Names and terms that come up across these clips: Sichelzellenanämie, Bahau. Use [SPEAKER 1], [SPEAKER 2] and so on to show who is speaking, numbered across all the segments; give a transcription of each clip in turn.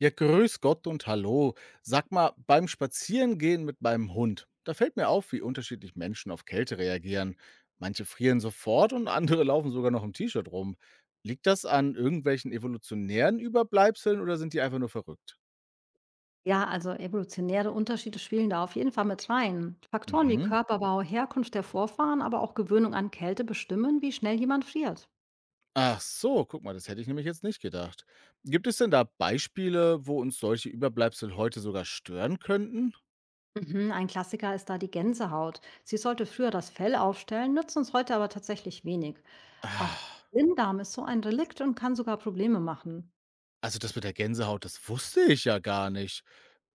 [SPEAKER 1] Ja, grüß Gott und hallo. Sag mal, beim Spazierengehen mit meinem Hund, da fällt mir auf, wie unterschiedlich Menschen auf Kälte reagieren. Manche frieren sofort und andere laufen sogar noch im T-Shirt rum. Liegt das an irgendwelchen evolutionären Überbleibseln oder sind die einfach nur verrückt?
[SPEAKER 2] Ja, also evolutionäre Unterschiede spielen da auf jeden Fall mit rein. Faktoren wie
[SPEAKER 1] Mhm.
[SPEAKER 2] Körperbau, Herkunft der Vorfahren, aber auch Gewöhnung an Kälte bestimmen, wie schnell jemand friert.
[SPEAKER 1] Ach so, guck mal, das hätte ich nämlich jetzt nicht gedacht. Gibt es denn da Beispiele, wo uns solche Überbleibsel heute sogar stören könnten?
[SPEAKER 2] Mhm, ein Klassiker ist da die Gänsehaut. Sie sollte früher das Fell aufstellen, nützt uns heute aber tatsächlich wenig. Auch
[SPEAKER 1] Ah.
[SPEAKER 2] Blinddarm ist so ein Relikt und kann sogar Probleme machen.
[SPEAKER 1] Also, das mit der Gänsehaut, das wusste ich ja gar nicht.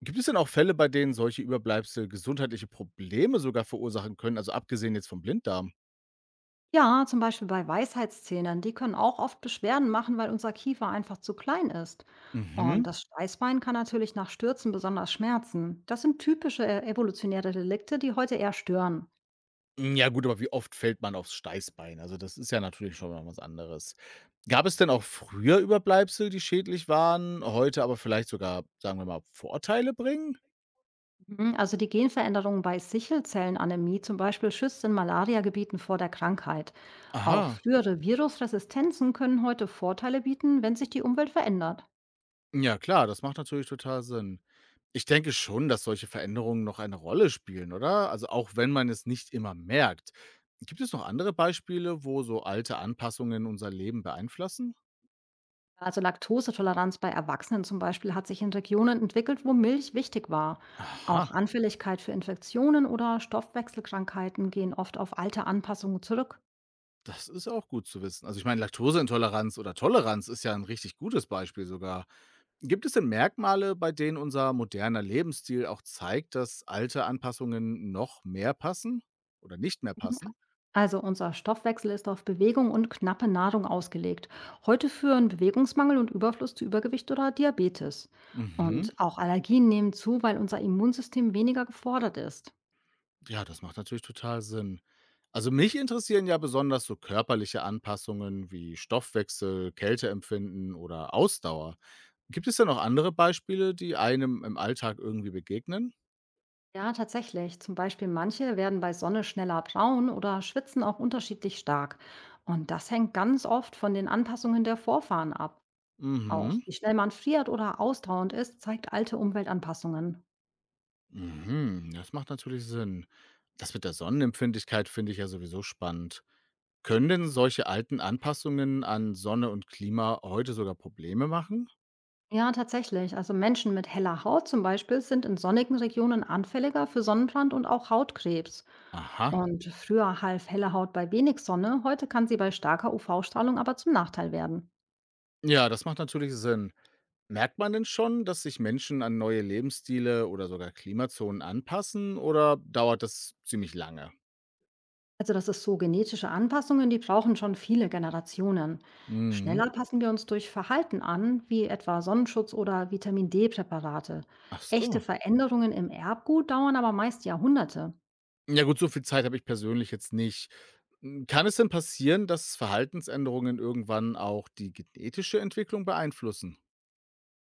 [SPEAKER 1] Gibt es denn auch Fälle, bei denen solche Überbleibsel gesundheitliche Probleme sogar verursachen können, also abgesehen jetzt vom Blinddarm?
[SPEAKER 2] Ja, zum Beispiel bei Weisheitszähnern. Die können auch oft Beschwerden machen, weil unser Kiefer einfach zu klein ist. Und
[SPEAKER 1] Mhm.
[SPEAKER 2] das Steißbein kann natürlich nach Stürzen besonders schmerzen. Das sind typische evolutionäre Delikte, die heute eher stören.
[SPEAKER 1] Hm, ja gut, aber wie oft fällt man aufs Steißbein? Also, das ist ja natürlich schon mal was anderes. Gab es denn auch früher Überbleibsel, die schädlich waren, heute aber vielleicht sogar, sagen wir mal, Vorteile bringen?
[SPEAKER 2] Mhm, also die Genveränderung bei Sichelzellenanämie zum Beispiel schützt in Malariagebieten vor der Krankheit. Auch
[SPEAKER 1] Aha.
[SPEAKER 2] frühere Virusresistenzen können heute Vorteile bieten, wenn sich die Umwelt verändert.
[SPEAKER 1] Ja klar, das macht natürlich total Sinn. Ich denke schon, dass solche Veränderungen noch eine Rolle spielen, oder? Also auch wenn man es nicht immer merkt. Gibt es noch andere Beispiele, wo so alte Anpassungen unser Leben beeinflussen?
[SPEAKER 2] Also Laktosetoleranz bei Erwachsenen zum Beispiel hat sich in Regionen entwickelt, wo Milch wichtig war. Auch
[SPEAKER 1] Aha,
[SPEAKER 2] Anfälligkeit für Infektionen oder Stoffwechselkrankheiten gehen oft auf alte Anpassungen zurück.
[SPEAKER 1] das ist auch gut zu wissen. Also ich meine, Laktoseintoleranz oder Toleranz ist ja ein richtig gutes Beispiel sogar. Gibt es denn Merkmale, bei denen unser moderner Lebensstil auch zeigt, dass alte Anpassungen noch mehr passen oder nicht mehr
[SPEAKER 2] Mhm.
[SPEAKER 1] passen?
[SPEAKER 2] Also unser Stoffwechsel ist auf Bewegung und knappe Nahrung ausgelegt. Heute führen Bewegungsmangel und Überfluss zu Übergewicht oder Diabetes.
[SPEAKER 1] Mhm.
[SPEAKER 2] Und auch Allergien nehmen zu, weil unser Immunsystem weniger gefordert ist.
[SPEAKER 1] Ja, das macht natürlich total Sinn. Also mich interessieren ja besonders so körperliche Anpassungen wie Stoffwechsel, Kälteempfinden oder Ausdauer. Gibt es denn noch andere Beispiele, die einem im Alltag irgendwie begegnen?
[SPEAKER 2] Ja, tatsächlich. Zum Beispiel manche werden bei Sonne schneller braun oder schwitzen auch unterschiedlich stark. Und das hängt ganz oft von den Anpassungen der Vorfahren ab. Auch
[SPEAKER 1] Mhm.
[SPEAKER 2] wie schnell man friert oder ausdauernd ist, zeigt alte Umweltanpassungen.
[SPEAKER 1] Mhm. Das macht natürlich Sinn. Das mit der Sonnenempfindlichkeit finde ich ja sowieso spannend. Können denn solche alten Anpassungen an Sonne und Klima heute sogar Probleme machen?
[SPEAKER 2] Ja, tatsächlich. Also Menschen mit heller Haut zum Beispiel sind in sonnigen Regionen anfälliger für Sonnenbrand und auch Hautkrebs.
[SPEAKER 1] Aha.
[SPEAKER 2] Und früher half helle Haut bei wenig Sonne, heute kann sie bei starker UV-Strahlung aber zum Nachteil werden.
[SPEAKER 1] Ja, das macht natürlich Sinn. Merkt man denn schon, dass sich Menschen an neue Lebensstile oder sogar Klimazonen anpassen oder dauert das ziemlich lange?
[SPEAKER 2] Also das ist so, genetische Anpassungen, die brauchen schon viele Generationen.
[SPEAKER 1] Mhm.
[SPEAKER 2] Schneller passen wir uns durch Verhalten an, wie etwa Sonnenschutz oder Vitamin D-Präparate.
[SPEAKER 1] Ach
[SPEAKER 2] Echte
[SPEAKER 1] so.
[SPEAKER 2] Veränderungen im Erbgut dauern aber meist Jahrhunderte.
[SPEAKER 1] Ja gut, so viel Zeit habe ich persönlich jetzt nicht. M, kann es denn passieren, dass Verhaltensänderungen irgendwann auch die genetische Entwicklung beeinflussen?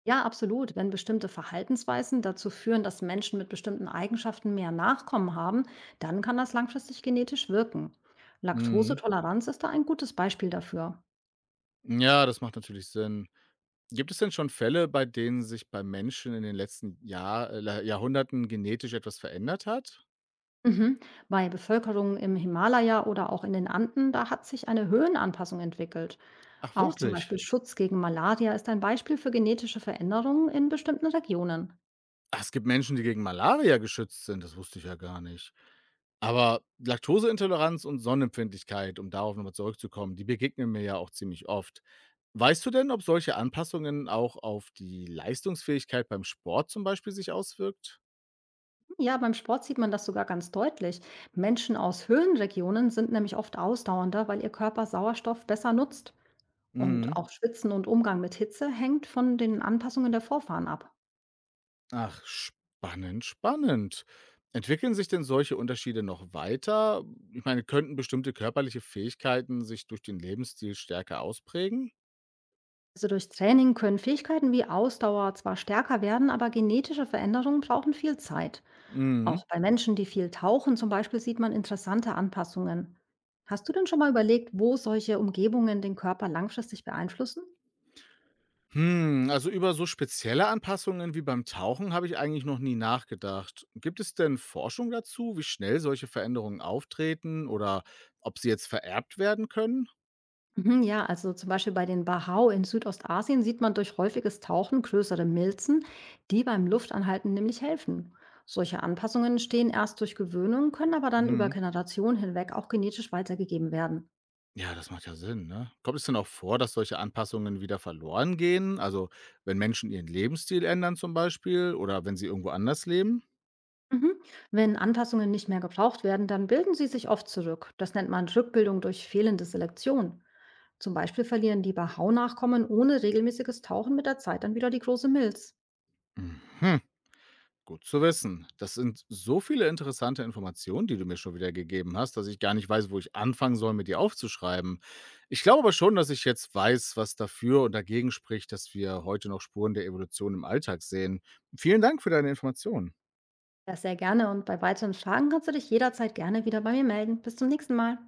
[SPEAKER 2] Ja, absolut. Wenn bestimmte Verhaltensweisen dazu führen, dass Menschen mit bestimmten Eigenschaften mehr Nachkommen haben, dann kann das langfristig genetisch wirken.
[SPEAKER 1] Mhm.
[SPEAKER 2] Laktosetoleranz ist da ein gutes Beispiel dafür.
[SPEAKER 1] Ja, das macht natürlich Sinn. Gibt es denn schon Fälle, bei denen sich bei Menschen in den letzten Jahrhunderten genetisch etwas verändert hat?
[SPEAKER 2] Mhm. Bei Bevölkerungen im Himalaya oder auch in den Anden, da hat sich eine Höhenanpassung entwickelt.
[SPEAKER 1] Ach
[SPEAKER 2] Auch zum
[SPEAKER 1] wirklich?
[SPEAKER 2] Beispiel Schutz gegen Malaria ist ein Beispiel für genetische Veränderungen in bestimmten Regionen.
[SPEAKER 1] Ach, es gibt Menschen, die gegen Malaria geschützt sind. Das wusste ich ja gar nicht. Aber Laktoseintoleranz und Sonnenempfindlichkeit, um darauf nochmal zurückzukommen, die begegnen mir ja auch ziemlich oft. Weißt du denn, ob solche Anpassungen auch auf die Leistungsfähigkeit beim Sport zum Beispiel sich auswirkt?
[SPEAKER 2] Ja, beim Sport sieht man das sogar ganz deutlich. Menschen aus Höhenregionen sind nämlich oft ausdauernder, weil ihr Körper Sauerstoff besser nutzt. Und
[SPEAKER 1] Mhm.
[SPEAKER 2] auch Schwitzen und Umgang mit Hitze hängt von den Anpassungen der Vorfahren ab.
[SPEAKER 1] Ach, spannend, spannend. Entwickeln sich denn solche Unterschiede noch weiter? Ich meine, könnten bestimmte körperliche Fähigkeiten sich durch den Lebensstil stärker ausprägen?
[SPEAKER 2] Also durch Training können Fähigkeiten wie Ausdauer zwar stärker werden, aber genetische Veränderungen brauchen viel Zeit. Auch
[SPEAKER 1] Mhm.
[SPEAKER 2] bei Menschen, die viel tauchen zum Beispiel, sieht man interessante Anpassungen. Hast du denn schon mal überlegt, wo solche Umgebungen den Körper langfristig beeinflussen?
[SPEAKER 1] Hm, also über so spezielle Anpassungen wie beim Tauchen habe ich eigentlich noch nie nachgedacht. Gibt es denn Forschung dazu, wie schnell solche Veränderungen auftreten oder ob sie jetzt vererbt werden können?
[SPEAKER 2] Mhm, ja, also zum Beispiel bei den Bahau in Südostasien sieht man durch häufiges Tauchen größere Milzen, die beim Luftanhalten nämlich helfen. Solche Anpassungen entstehen erst durch Gewöhnung, können aber dann über
[SPEAKER 1] Hm.
[SPEAKER 2] Generationen hinweg auch genetisch weitergegeben werden.
[SPEAKER 1] Ja, das macht ja Sinn, ne? Kommt es denn auch vor, dass solche Anpassungen wieder verloren gehen? Also wenn Menschen ihren Lebensstil ändern zum Beispiel oder wenn sie irgendwo anders leben?
[SPEAKER 2] Mhm. Wenn Anpassungen nicht mehr gebraucht werden, dann bilden sie sich oft zurück. Das nennt man Rückbildung durch fehlende Selektion. Zum Beispiel verlieren die Bahau-Nachkommen ohne regelmäßiges Tauchen mit der Zeit dann wieder die große Milz.
[SPEAKER 1] Mhm. Gut zu wissen. Das sind so viele interessante Informationen, die du mir schon wieder gegeben hast, dass ich gar nicht weiß, wo ich anfangen soll, mit dir aufzuschreiben. Ich glaube aber schon, dass ich jetzt weiß, was dafür und dagegen spricht, dass wir heute noch Spuren der Evolution im Alltag sehen. Vielen Dank für deine Informationen.
[SPEAKER 2] Ja, sehr gerne und bei weiteren Fragen kannst du dich jederzeit gerne wieder bei mir melden. Bis zum nächsten Mal.